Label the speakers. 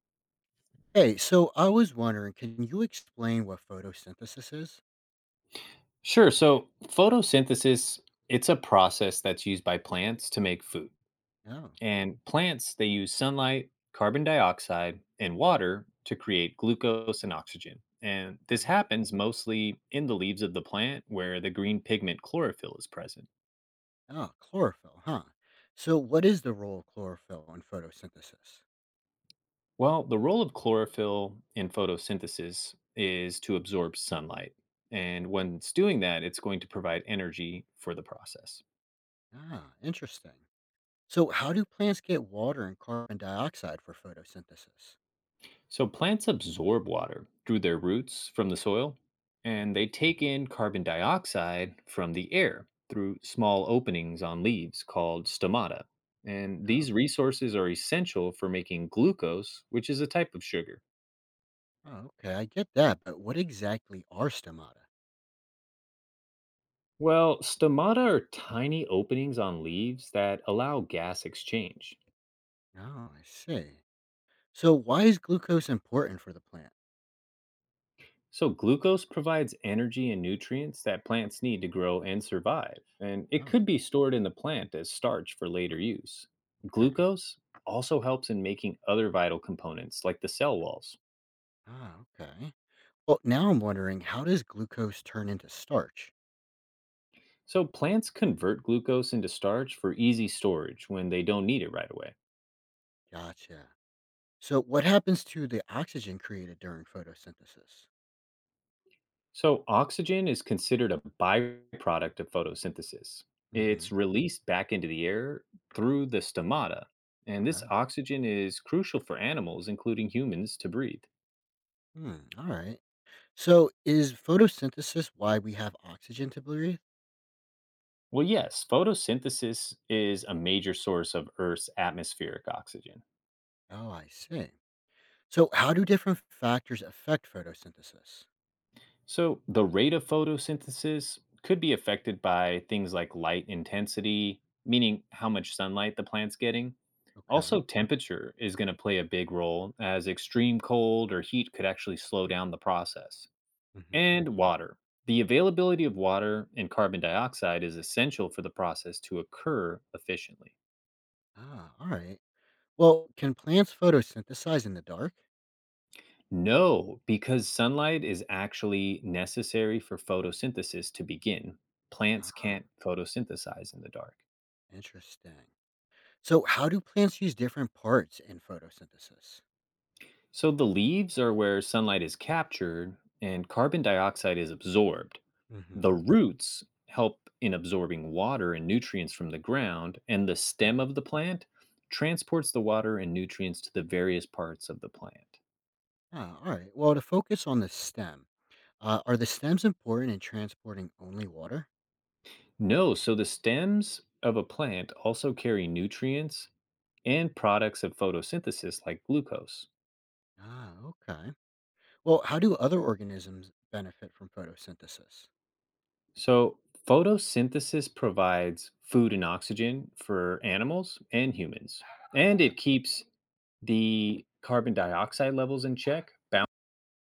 Speaker 1: Hey, so I was wondering, can you explain what photosynthesis is?
Speaker 2: Sure. So photosynthesis, it's a process that's used by plants to make food.
Speaker 1: Oh,
Speaker 2: And plants, they use sunlight, carbon dioxide, and water to create glucose and oxygen. And this
Speaker 1: okay.
Speaker 2: happens mostly in the leaves of the plant where the green pigment chlorophyll is present.
Speaker 1: Oh, chlorophyll, huh? So, what is the role of chlorophyll in photosynthesis?
Speaker 2: Well, the role of chlorophyll in photosynthesis is to absorb sunlight. And when it's doing that, it's going to provide energy for the process.
Speaker 1: Ah, interesting. So, how do plants get water and carbon dioxide for photosynthesis?
Speaker 2: So plants absorb water through their roots from the soil, and
Speaker 1: Mhm.
Speaker 2: they take in carbon dioxide from the air through small openings on leaves called stomata. And
Speaker 1: Oh,
Speaker 2: these resources are essential for making glucose, which is a type of sugar.
Speaker 1: oh, okay, I get that, but what exactly are stomata?
Speaker 2: Well, stomata are tiny openings on leaves that allow gas exchange.
Speaker 1: Oh, I see. So, why is glucose important for the plant?
Speaker 2: So, glucose provides energy and nutrients that plants need to grow and survive, and it
Speaker 1: Oh,
Speaker 2: could be stored in the plant as starch for later use.
Speaker 1: okay.
Speaker 2: Glucose also helps in making other vital components like the cell walls.
Speaker 1: Ah, okay. Well, now I'm wondering, how does glucose turn into starch?
Speaker 2: So, plants convert glucose into starch for easy storage when they don't need it right away.
Speaker 1: Gotcha. So what happens to the oxygen created during photosynthesis?
Speaker 2: So, oxygen is considered a byproduct of photosynthesis.
Speaker 1: Hmm.
Speaker 2: It's released back into the air through the stomata, and this
Speaker 1: Oh,
Speaker 2: oxygen is crucial for animals, including humans, to breathe.
Speaker 1: hmm, all right. So is photosynthesis why we have oxygen to breathe?
Speaker 2: Well, yes, photosynthesis is a major source of Earth's atmospheric oxygen.
Speaker 1: Oh, I see. So how do different factors affect photosynthesis?
Speaker 2: So, the rate of photosynthesis could be affected by things like light intensity, meaning how much sunlight the plant's getting.
Speaker 1: Okay.
Speaker 2: Also, temperature is going to play a big role, as extreme cold or heat could actually slow down the process.
Speaker 1: Hmm.
Speaker 2: And water. The availability of water and carbon dioxide is essential for the process to occur efficiently.
Speaker 1: Ah, all right. Well, can plants photosynthesize in the dark?
Speaker 2: No, because sunlight is actually necessary for photosynthesis to begin. Plants
Speaker 1: Ah,
Speaker 2: can't photosynthesize in the dark.
Speaker 1: interesting. So how do plants use different parts in photosynthesis?
Speaker 2: So the leaves are where sunlight is captured and carbon dioxide is absorbed. The
Speaker 1: Hmm.
Speaker 2: roots help in absorbing water and nutrients from the ground, and the stem
Speaker 1: Okay.
Speaker 2: of the plant transports the water and nutrients to the various parts of the plant.
Speaker 1: Ah, all right. Well, to focus on the stem, are the stems important in transporting only water?
Speaker 2: No, so the stems of a plant also carry nutrients and products of photosynthesis like glucose.
Speaker 1: Ah, okay. Well, how do other organisms benefit from photosynthesis?
Speaker 2: So, photosynthesis provides food and oxygen for animals and humans, and
Speaker 1: Okay.
Speaker 2: it keeps the carbon dioxide levels in check,